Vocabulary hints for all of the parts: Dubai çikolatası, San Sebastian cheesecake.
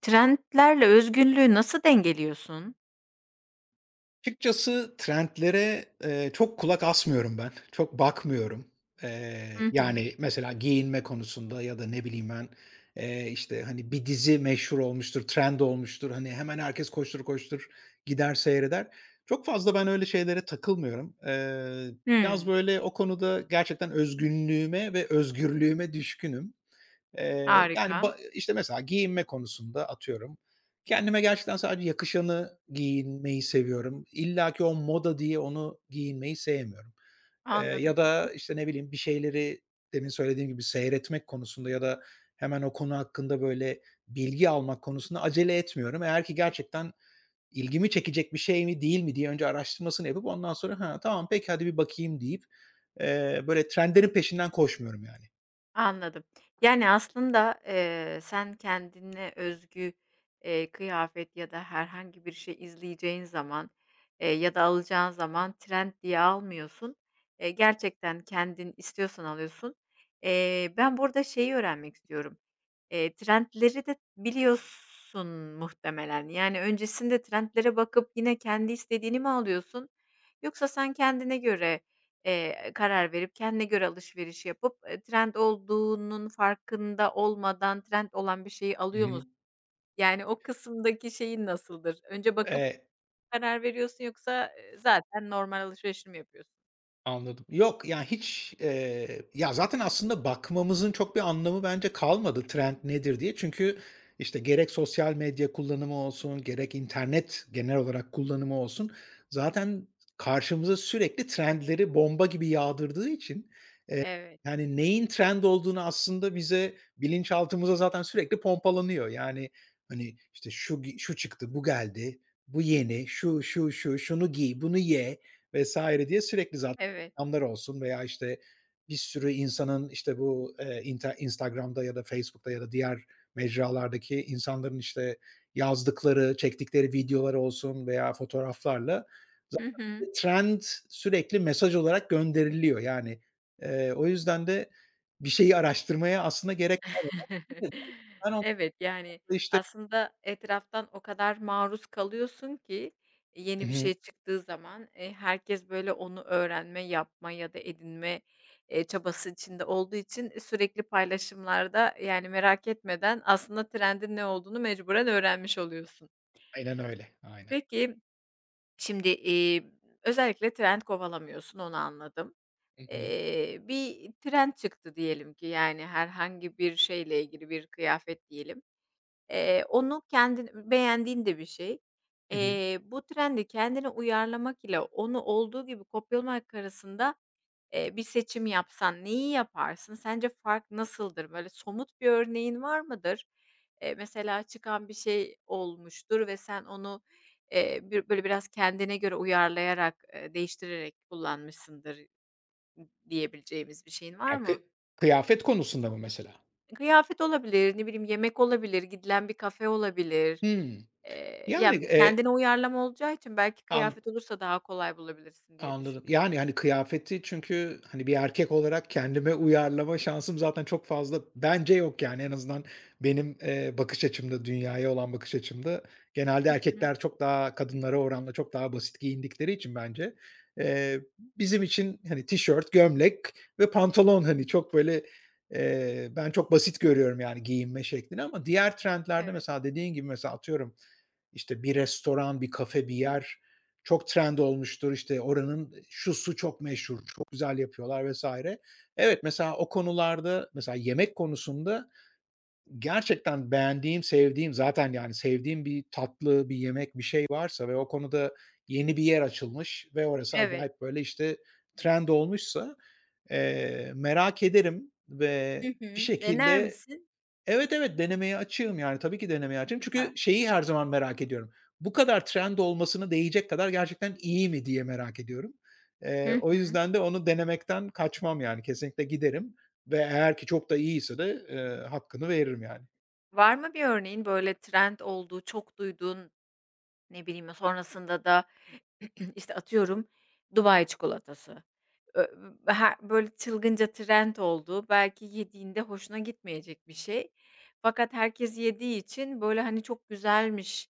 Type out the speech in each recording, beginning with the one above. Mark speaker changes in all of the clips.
Speaker 1: Trendlerle özgünlüğü nasıl dengeliyorsun?
Speaker 2: Açıkçası trendlere, çok kulak asmıyorum ben. Çok bakmıyorum.
Speaker 1: Hı
Speaker 2: Eee,
Speaker 1: hı.
Speaker 2: yani, mesela giyinme konusunda ya da ne bileyim ben, işte, hani, bir dizi meşhur olmuştur, trend olmuştur. Hani, hemen herkes koştur koştur gider seyreder. Çok fazla ben öyle şeylere takılmıyorum. Biraz
Speaker 1: Hımm.
Speaker 2: böyle o konuda gerçekten özgünlüğüme ve özgürlüğüme düşkünüm. Eee, yani,
Speaker 1: Harika.
Speaker 2: işte, mesela giyinme konusunda atıyorum, kendime gerçekten sadece yakışanı giyinmeyi seviyorum. İlla ki o moda diye onu giyinmeyi sevmiyorum. Eee,
Speaker 1: Anladım.
Speaker 2: ya da,
Speaker 1: Peki.
Speaker 2: işte, ne bileyim, bir şeyleri demin söylediğim gibi seyretmek konusunda ya da hemen o konu hakkında, böyle, bilgi almak konusunda acele etmiyorum. Eğer ki gerçekten ilgimi çekecek bir şey mi değil mi diye önce araştırmasını yapıp ondan sonra, "Ha, tamam, peki, hadi bir bakayım." deyip, böyle, trendlerin peşinden koşmuyorum yani.
Speaker 1: Anladım. Yani, aslında, sen kendine özgü, kıyafet ya da herhangi bir şey izleyeceğin zaman, ya da alacağın zaman trend diye almıyorsun. Gerçekten kendin istiyorsan alıyorsun. Ben burada şeyi öğrenmek istiyorum. Trendleri de biliyorsun muhtemelen. Yani, öncesinde trendlere bakıp yine kendi istediğini mi alıyorsun? Yoksa sen kendine göre karar verip kendine göre alışveriş yapıp, trend olduğunun farkında olmadan trend olan bir şeyi
Speaker 2: Hı
Speaker 1: alıyor
Speaker 2: hı.
Speaker 1: musun? Yani o kısımdaki şeyin nasıldır? Önce bakıp
Speaker 2: Eee,
Speaker 1: karar veriyorsun yoksa, zaten normal alışverişini mi yapıyorsun?
Speaker 2: Anladım. Yok, yani, hiç, ya, zaten aslında bakmamızın çok bir anlamı bence kalmadı trend nedir diye. Çünkü, işte, gerek sosyal medya kullanımı olsun, gerek internet genel olarak kullanımı olsun zaten karşımıza sürekli trendleri bomba gibi yağdırdığı için
Speaker 1: Evet,
Speaker 2: yani, neyin trend olduğunu aslında bize bilinçaltımıza zaten sürekli pompalanıyor. Yani, hani, işte, şu çıktı, bu geldi, bu yeni, şunu giy, bunu ye vs. diye sürekli zaten
Speaker 1: evet.
Speaker 2: reklamlar olsun veya, işte, bir sürü insanın, işte, bu, inte Instagram'da ya da Facebook'ta ya da diğer mecralardaki insanların, işte, yazdıkları, çektikleri videolar olsun veya fotoğraflarla
Speaker 1: Hı hı.
Speaker 2: zaten trend sürekli mesaj olarak gönderiliyor. Yani, o yüzden de bir şeyi araştırmaya aslında gerek kalmadan ben onda
Speaker 1: Evet, yani,
Speaker 2: işte.
Speaker 1: aslında etraftan o kadar maruz kalıyorsun ki
Speaker 2: Hı
Speaker 1: yeni bir
Speaker 2: hı.
Speaker 1: şey çıktığı zaman, herkes böyle onu öğrenme, yapma ya da edinme, çabası içinde olduğu için sürekli paylaşımlarda, yani, merak etmeden aslında trendin ne olduğunu mecburen öğrenmiş oluyorsun.
Speaker 2: Aynen öyle. Aynen.
Speaker 1: Peki, şimdi, özellikle trend kovalamıyorsun, onu anladım.
Speaker 2: Hı hı.
Speaker 1: Bir trend çıktı diyelim ki, yani, herhangi bir şeyle ilgili bir kıyafet diyelim. Onu kendin beğendiğin de bir şey.
Speaker 2: Hı hı.
Speaker 1: Bu trendi kendine uyarlamak ile onu olduğu gibi kopyalamak arasında, bir seçim yapsan neyi yaparsın? Sence fark nasıldır? Böyle somut bir örneğin var mıdır? Mesela çıkan bir şey olmuştur ve sen onu, bir böyle biraz kendine göre uyarlayarak, değiştirerek kullanmışsındır diyebileceğimiz bir şeyin var
Speaker 2: Ya,
Speaker 1: mı?
Speaker 2: kıyafet konusunda mı mesela?
Speaker 1: Kıyafet olabilir, ne bileyim yemek olabilir, gidilen bir kafe olabilir.
Speaker 2: Hımm. Yani,
Speaker 1: Ya, kendine uyarlama olacağı için belki
Speaker 2: an
Speaker 1: kıyafet olursa daha kolay bulabilirsin diye
Speaker 2: Anladım.
Speaker 1: düşündüm.
Speaker 2: Yani, hani, kıyafeti çünkü, hani, bir erkek olarak kendime uyarlama şansım zaten çok fazla bence yok, yani, en azından benim, bakış açımda, dünyaya olan bakış açımda genelde
Speaker 1: Hı hı.
Speaker 2: erkekler çok daha kadınlara oranla çok daha basit giyindikleri için bence, eee, bizim için, hani, tişört, gömlek ve pantolon, hani, çok böyle, ben çok basit görüyorum, yani, giyinme şeklini ama diğer trendlerde
Speaker 1: Evet.
Speaker 2: mesela dediğin gibi mesela atıyorum işte bir restoran, bir kafe, bir yer çok trend olmuştur. İşte oranın şu çok meşhur, çok güzel yapıyorlar vesaire. Evet, mesela o konularda, mesela yemek konusunda gerçekten beğendiğim, sevdiğim zaten yani sevdiğim bir tatlı, bir yemek, bir şey varsa ve o konuda yeni bir yer açılmış ve orası
Speaker 1: Evet.
Speaker 2: acayip böyle işte trend olmuşsa, merak ederim ve
Speaker 1: Hı
Speaker 2: bir
Speaker 1: hı. Dener
Speaker 2: şekilde.
Speaker 1: misin?
Speaker 2: Evet, evet, denemeye açığım, yani, tabii ki denemeye açığım.
Speaker 1: Süper.
Speaker 2: Çünkü şeyi her zaman merak ediyorum. Bu kadar trend olmasına değecek kadar gerçekten iyi mi diye merak ediyorum. Eee,
Speaker 1: Hı
Speaker 2: o
Speaker 1: hı.
Speaker 2: yüzden de onu denemekten kaçmam, yani, kesinlikle giderim ve eğer ki çok da iyiyse de, hakkını veririm, yani.
Speaker 1: Var mı bir örneğin, böyle, trend olduğu, çok duyduğun, ne bileyim, sonrasında da İşte, atıyorum, Dubai çikolatası. Ö Her böyle çılgınca trend oldu. Belki yediğinde hoşuna gitmeyecek bir şey. Fakat herkes yediği için, böyle, hani, çok güzelmiş,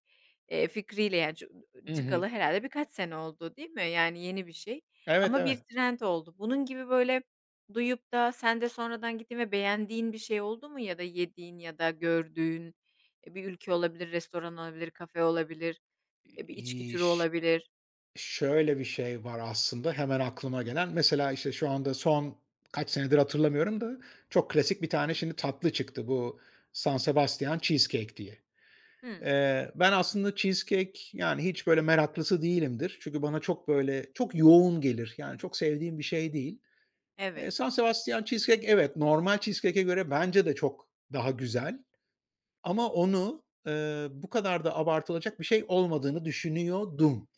Speaker 1: fikriyle, yani,
Speaker 2: Hı hı.
Speaker 1: çıkalı herhalde birkaç sene oldu, değil mi? Yani, yeni bir şey
Speaker 2: Evet,
Speaker 1: ama
Speaker 2: evet.
Speaker 1: bir trend oldu. Bunun gibi, böyle, duyup da sen de sonradan gittiğin ve beğendiğin bir şey oldu mu ya da yediğin ya da gördüğün, bir ülke olabilir, restoran olabilir, kafe olabilir, bir içki
Speaker 2: İii,
Speaker 1: türü
Speaker 2: ş
Speaker 1: olabilir?
Speaker 2: Şöyle bir şey var aslında hemen aklıma gelen. Mesela, işte, şu anda son kaç senedir hatırlamıyorum da çok klasik bir tane şimdi tatlı çıktı bu San Sebastian cheesecake diye.
Speaker 1: Hıı.
Speaker 2: Ben aslında cheesecake, yani, hiç böyle meraklısı değilimdir. Çünkü bana çok böyle, çok yoğun gelir. Yani, çok sevdiğim bir şey değil.
Speaker 1: Evet.
Speaker 2: San Sebastian cheesecake evet, normal cheesecake'e göre bence de çok daha güzel ama onu, bu kadar da abartılacak bir şey olmadığını düşünüyordum.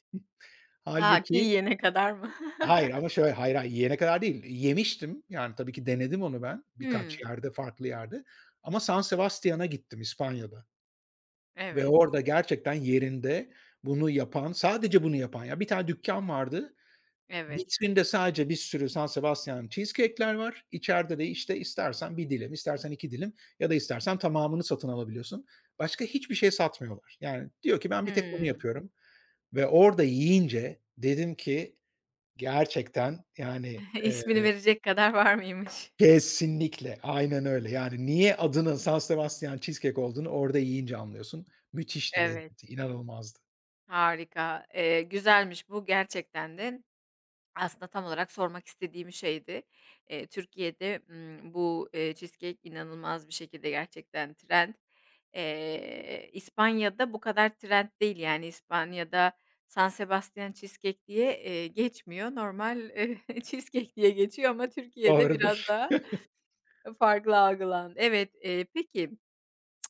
Speaker 1: Ta ki
Speaker 2: Halbuki.
Speaker 1: yiyene kadar mı?
Speaker 2: Hayır ama şöyle, hayır, hayır, yiyene kadar değil. Yemiştim. Yani, tabii ki denedim onu ben birkaç
Speaker 1: Hımm.
Speaker 2: yerde, farklı yerde ama San Sebastian'a gittim İspanya'da. Ve
Speaker 1: Evet,
Speaker 2: orada gerçekten yerinde bunu yapan, sadece bunu yapan ya, bir tane dükkân vardı.
Speaker 1: evet.
Speaker 2: Vitrinde sadece bir sürü San Sebastian cheesecake'ler var. İçeride de, işte, istersen bir dilim, istersen 2 dilim ya da istersen tamamını satın alabiliyorsun. Başka hiçbir şey satmıyorlar. Yani diyor ki, "Ben bir tek bunu
Speaker 1: Hımm.
Speaker 2: yapıyorum." Ve orada yiyince dedim ki, gerçekten, yani,
Speaker 1: İsmini verecek kadar var mıymış?
Speaker 2: Kesinlikle, aynen öyle. Yani niye adının San Sebastian cheesecake olduğunu orada yiyince anlıyorsun. Müthişti
Speaker 1: Evet,
Speaker 2: lezzeti, inanılmazdı.
Speaker 1: harika. Güzelmiş bu gerçekten de. Aslında tam olarak sormak istediğim şeydi. Türkiye'de, bu, cheesecake inanılmaz bir şekilde gerçekten trend. İspanya'da bu kadar trend değil, yani, İspanya'da San Sebastian cheesecake diye, geçmiyor. Normal, cheesecake diye geçiyor ama Türkiye'de biraz
Speaker 2: Doğrudur.
Speaker 1: daha farklı algılandı. Evet, peki.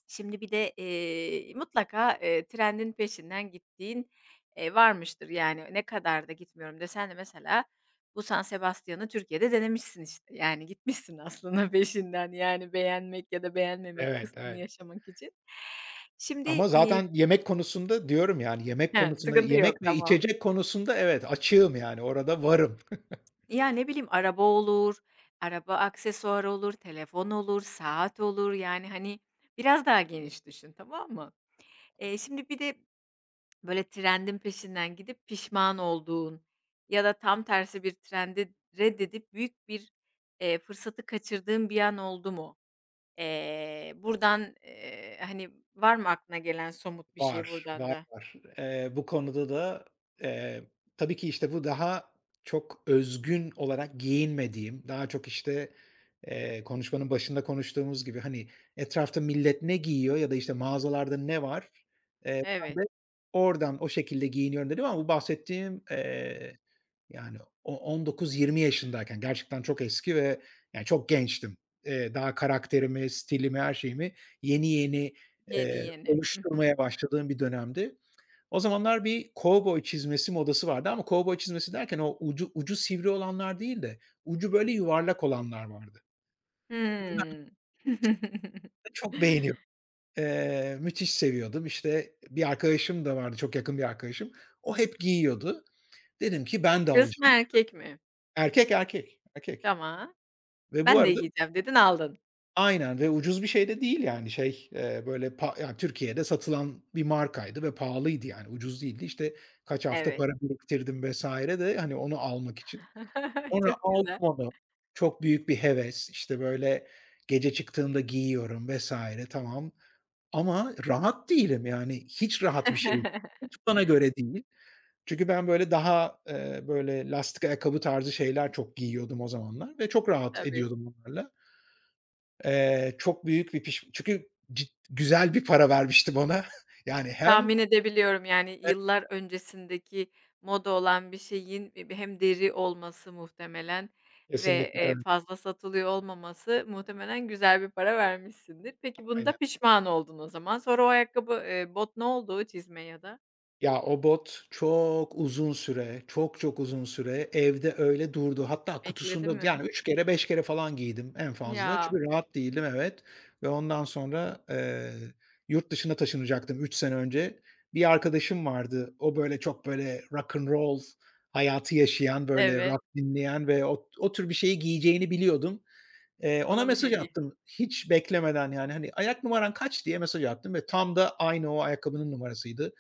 Speaker 1: Şimdi bir de, mutlaka, trendin peşinden gittiğin, varmıştır. Yani, ne kadar da gitmiyorum desen de mesela bu San Sebastian'ı Türkiye'de denemişsin, işte. Yani, gitmişsin aslında peşinden, yani, beğenmek ya da beğenmemek
Speaker 2: Evet,
Speaker 1: kısmını
Speaker 2: evet.
Speaker 1: yaşamak için. Şimdi,
Speaker 2: Ama
Speaker 1: iii
Speaker 2: zaten yemek konusunda diyorum yani yemek
Speaker 1: He,
Speaker 2: konusunda
Speaker 1: sıkıntı yok,
Speaker 2: yemek ve
Speaker 1: tamam.
Speaker 2: içecek konusunda evet açığım yani orada varım.
Speaker 1: Ya, ne bileyim, araba olur, araba aksesuarı olur, telefon olur, saat olur. Yani, hani, biraz daha geniş düşün, tamam mı? Şimdi bir de böyle trendin peşinden gidip pişman olduğun ya da tam tersi bir trendi reddedip büyük bir, fırsatı kaçırdığın bir an oldu mu? Buradan, hani, var mı aklına gelen somut bir şey
Speaker 2: Var,
Speaker 1: buradan
Speaker 2: var,
Speaker 1: da?
Speaker 2: var. Bu konuda da, eee, tabii ki, işte, bu daha çok özgün olarak giyinmediğim, daha çok, işte, konuşmanın başında konuştuğumuz gibi, hani, etrafta millet ne giyiyor ya da, işte, mağazalarda ne var, eee,
Speaker 1: Evet,
Speaker 2: ben de oradan, o şekilde giyiniyorum dedim ama bu bahsettiğim, yani o 19-20 yaşındayken gerçekten çok eski ve yani çok gençtim. Daha karakterimi, stilimi, her şeyimi yeni yeni,
Speaker 1: yeni yeni. Hı hı.
Speaker 2: oluşturmaya başladığım bir dönemdi. O zamanlar bir kovboy çizmesi modası vardı ama kovboy çizmesi derken o ucu sivri olanlar değil de ucu böyle yuvarlak olanlar vardı. Ve ben
Speaker 1: Hımm.
Speaker 2: de çok beğeniyordum. Müthiş seviyordum. İşte bir arkadaşım da vardı, çok yakın bir arkadaşım. O hep giyiyordu. Dedim ki ben de
Speaker 1: Kız mı
Speaker 2: alacağım.
Speaker 1: erkek mi?
Speaker 2: Erkek, erkek, erkek
Speaker 1: Tamam.
Speaker 2: ve bu
Speaker 1: "Ben de
Speaker 2: arada.
Speaker 1: giyeceğim." dedin, aldın.
Speaker 2: Aynen ve ucuz bir şey de değil yani şey, böyle ya, Türkiye'de satılan bir markaydı ve pahalıydı yani ucuz değildi. İşte kaç hafta
Speaker 1: Evet.
Speaker 2: para biriktirdim vesaire de hani onu almak için. Sonra
Speaker 1: Çok
Speaker 2: aldım
Speaker 1: güzel.
Speaker 2: onu. Çok büyük bir heves, işte, böyle gece çıktığımda giyiyorum vesaire tamam ama rahat değilim yani hiç rahat bir şey değil. Hiç bana göre değil. Çünkü ben böyle daha, böyle lastik ayakkabı tarzı şeyler çok giyiyordum o zamanlar ve çok rahat
Speaker 1: Tabii.
Speaker 2: ediyordum onlarla. Çok büyük bir çünkü güzel bir para vermiştim ona. Yani hem.
Speaker 1: Tahmin edebiliyorum, yani, yıllar öncesindeki moda olan bir şeyin, hem deri olması muhtemelen ve,
Speaker 2: Kesinlikle, evet,
Speaker 1: fazla satılıyor olmaması muhtemelen güzel bir para vermişsindir. Peki, bunda
Speaker 2: aynen.
Speaker 1: pişman oldun o zaman. Sonra o ayakkabı, bot ne oldu çizme ya da?
Speaker 2: Ya, o bot çok uzun süre, çok çok uzun süre evde öyle durdu. Hatta
Speaker 1: Bekledi
Speaker 2: kutusunda
Speaker 1: mi?
Speaker 2: yani 3 kere 5 kere falan giydim en fazla.
Speaker 1: Ya,
Speaker 2: Çünkü rahat değildim, evet. Ve ondan sonra, yurt dışına taşınacaktım 3 sene önce. Bir arkadaşım vardı. O böyle çok böyle rock and roll hayatı yaşayan, böyle
Speaker 1: evet.
Speaker 2: rock dinleyen ve o tür bir şeyi giyeceğini biliyordum. Eee,
Speaker 1: Ona
Speaker 2: ona
Speaker 1: mı
Speaker 2: mesaj
Speaker 1: hediye?
Speaker 2: attım hiç beklemeden yani, hani, "Ayak numaran kaç?" diye mesaj attım ve tam da aynı o ayakkabının numarasıydı.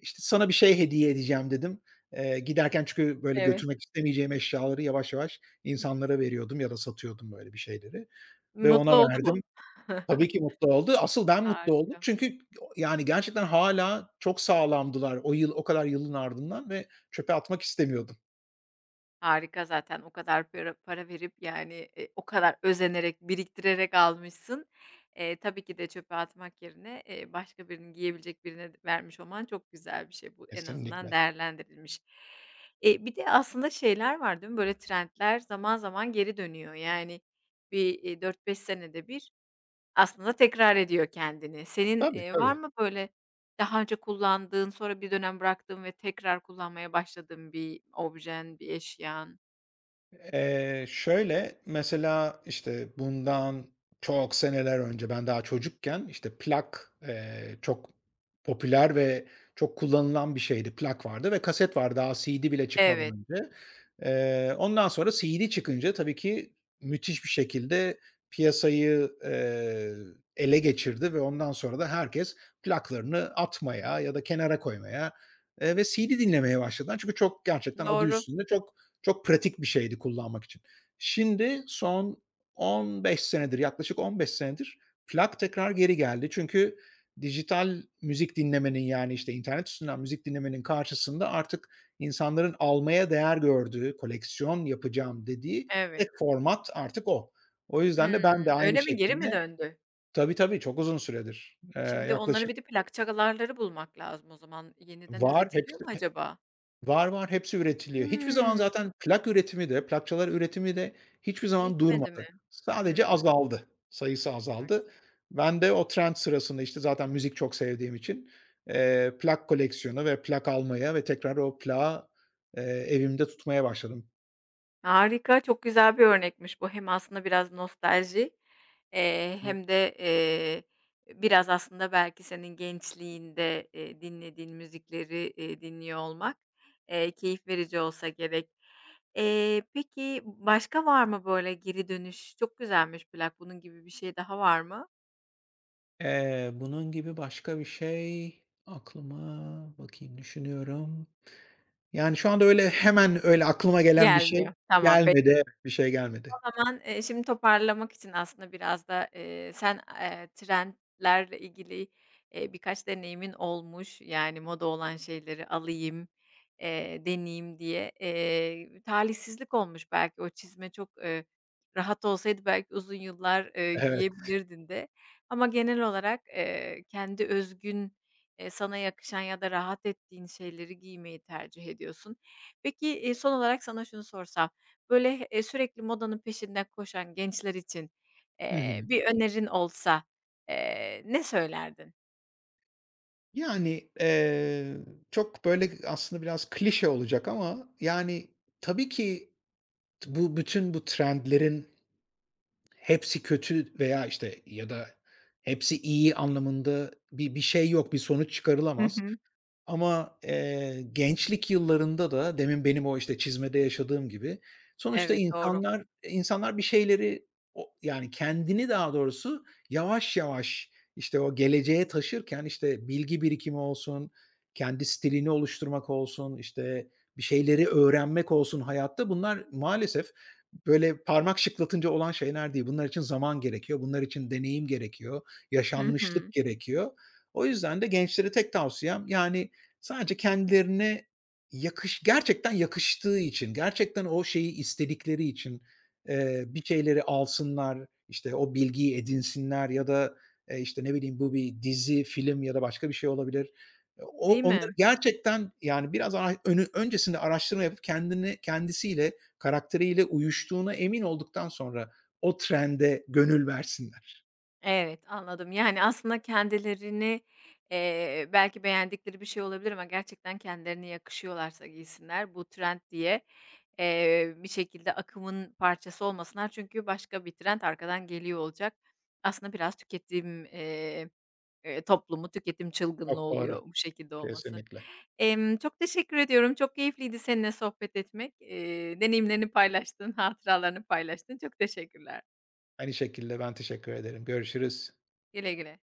Speaker 2: İşte, "Sana bir şey hediye edeceğim." dedim. Giderken çünkü böyle
Speaker 1: Evet.
Speaker 2: götürmek istemeyeceğim eşyaları yavaş yavaş insanlara veriyordum ya da satıyordum böyle bir şeyleri ve
Speaker 1: Mutlu
Speaker 2: ona
Speaker 1: oldu
Speaker 2: verdim.
Speaker 1: mu?
Speaker 2: Tabii ki mutlu oldu. Asıl ben mutlu oldum
Speaker 1: Harika.
Speaker 2: çünkü o yani gerçekten hâlâ çok sağlamdılar o yıl o kadar yılın ardından ve çöpe atmak istemiyordum.
Speaker 1: Harika zaten o kadar para para verip, yani, o kadar özenerek, biriktirerek almışsın. Tabii ki de çöpe atmak yerine, başka birinin giyebilecek birine vermiş olman çok güzel bir şey. Bu en azından
Speaker 2: Kesinlikle.
Speaker 1: değerlendirilmiş. Bir de aslında şeyler var, değil mi? Böyle trendler zaman zaman geri dönüyor. Yani, bir, 4-5 senede bir aslında tekrar ediyor kendini. Senin,
Speaker 2: Tabii,
Speaker 1: var
Speaker 2: tabii.
Speaker 1: mı böyle daha önce kullandığın, sonra bir dönem bıraktığın ve tekrar kullanmaya başladığın bir objen, bir eşyan?
Speaker 2: Şöyle, mesela, işte, bundan çok seneler önce, ben daha çocukken, işte, plak, çok popüler ve çok kullanılan bir şeydi. Plak vardı ve kaset vardı daha CD bile çıkmadan
Speaker 1: Evet,
Speaker 2: önce. Ondan sonra CD çıkınca tabii ki müthiş bir şekilde piyasayı, ele geçirdi ve ondan sonra da herkes plaklarını atmaya ya da kenara koymaya, ve CD dinlemeye başladılar. Çünkü çok gerçekten adı
Speaker 1: doğru.
Speaker 2: üstünde çok çok pratik bir şeydi kullanmak için. Şimdi son 15 senedir, yaklaşık 15 senedir plak tekrar geri geldi. Çünkü dijital müzik dinlemenin, yani, işte, internet üstünden müzik dinlemenin karşısında artık insanların almaya değer gördüğü, koleksiyon yapacağım dediği tek
Speaker 1: Evet.
Speaker 2: format artık o. O yüzden de ben
Speaker 1: Hımm,
Speaker 2: de aynı
Speaker 1: öyle mi? Geri
Speaker 2: şekilde.
Speaker 1: mi döndü?
Speaker 2: Tabii, tabii, çok uzun süredir. Eee,
Speaker 1: Şimdi onların
Speaker 2: yaklaşık
Speaker 1: bir de plakçalarları bulmak lazım o zaman. Yeniden
Speaker 2: Var,
Speaker 1: üretiliyor mu
Speaker 2: hepsi.
Speaker 1: acaba?
Speaker 2: Var, var, hepsi üretiliyor. Hiçbir zaman
Speaker 1: Hımm,
Speaker 2: zaten plak üretimi de, plakçalar üretimi de hiçbir zaman
Speaker 1: bitmedi mi?
Speaker 2: durmadı. Sadece
Speaker 1: Hımm.
Speaker 2: azaldı, sayısı azaldı. Ben de o trend sırasında, işte, zaten müzik çok sevdiğim için, plak koleksiyonu ve plak almaya ve tekrar o plağı, eee, evimde tutmaya başladım.
Speaker 1: Harika, çok güzel bir örnekmiş bu. Hem aslında biraz nostalji,
Speaker 2: Hı.
Speaker 1: hem de, biraz aslında belki senin gençliğinde, dinlediğin müzikleri, dinliyor olmak, keyif verici olsa gerek. Peki başka var mı böyle geri dönüş? Çok güzelmiş plak. Bunun gibi bir şey daha var mı?
Speaker 2: Bunun gibi başka bir şey aklıma bakayım düşünüyorum. Yani şu anda öyle hemen öyle aklıma gelen bir şey
Speaker 1: Gelmiyor. Tamam.
Speaker 2: gelmedi. Evet, bir şey gelmedi.
Speaker 1: Zaman, şimdi toparlamak için aslında biraz da, sen, trendlerle ilgili, birkaç deneyimin olmuş. Yani moda olan şeyleri alayım, deneyeyim diye. Talihsizlik olmuş belki o çizme çok, rahat olsaydı belki uzun yıllar,
Speaker 2: Evet.
Speaker 1: giyebilirdin de. Ama genel olarak, kendi özgün, sana yakışan ya da rahat ettiğin şeyleri giymeyi tercih ediyorsun. Peki, son olarak sana şunu sorsam böyle, sürekli modanın peşinden koşan gençler için,
Speaker 2: Hı hı.
Speaker 1: bir önerin olsa, ne söylerdin?
Speaker 2: Yani, çok böyle aslında biraz klişe olacak ama yani tabii ki. Bu bütün bu trendlerin hepsi kötü veya, işte, ya da hepsi iyi anlamında bir şey yok, bir sonuç
Speaker 1: Hı
Speaker 2: çıkarılamaz.
Speaker 1: hı.
Speaker 2: Ama, gençlik yıllarında da demin benim o, işte, çizmede yaşadığım gibi sonuçta
Speaker 1: Evet, doğru.
Speaker 2: insanlar bir şeyleri o yani kendini daha doğrusu yavaş yavaş, işte, o geleceğe taşırken, işte, bilgi birikimi olsun, kendi stilini oluşturmak olsun, işte, bir şeyleri öğrenmek olsun hayatta bunlar maalesef böyle parmak şıklatınca olan şeyler değil. Bunlar için zaman gerekiyor, bunlar için deneyim gerekiyor,
Speaker 1: Hı
Speaker 2: yaşanmışlık
Speaker 1: hı.
Speaker 2: gerekiyor. O yüzden de gençlere tek tavsiyem yani. Sadece kendilerine gerçekten yakıştığı için, gerçekten o şeyi istedikleri için, bir şeyleri alsınlar, işte, o bilgiyi edinsinler ya da, işte, ne bileyim, bu bir dizi, film ya da başka bir şey olabilir. O
Speaker 1: Değil
Speaker 2: onları
Speaker 1: mi?
Speaker 2: gerçekten, yani, biraz ara önü öncesinde araştırma yapıp kendini kendisiyle, karakteriyle uyuştuğuna emin olduktan sonra o trende gönül versinler.
Speaker 1: Evet, anladım. Yani, aslında kendilerini, belki beğendikleri bir şey olabilir ama gerçekten kendilerine yakışıyorlarsa giysinler. Bu trend diye, bir şekilde akımın parçası olmasınlar. Çünkü başka bir trend arkadan geliyor olacak. Aslında biraz tüketim, toplumu, tüketim çılgınlığı
Speaker 2: Çok doğru.
Speaker 1: oluyor bu şekilde olması.
Speaker 2: Kesinlikle.
Speaker 1: Çok teşekkür ediyorum. Çok keyifliydi seninle sohbet etmek. Deneyimlerini paylaştın, hatıralarını paylaştın. Çok teşekkürler.
Speaker 2: Aynı şekilde ben teşekkür ederim. Görüşürüz.
Speaker 1: Güle güle.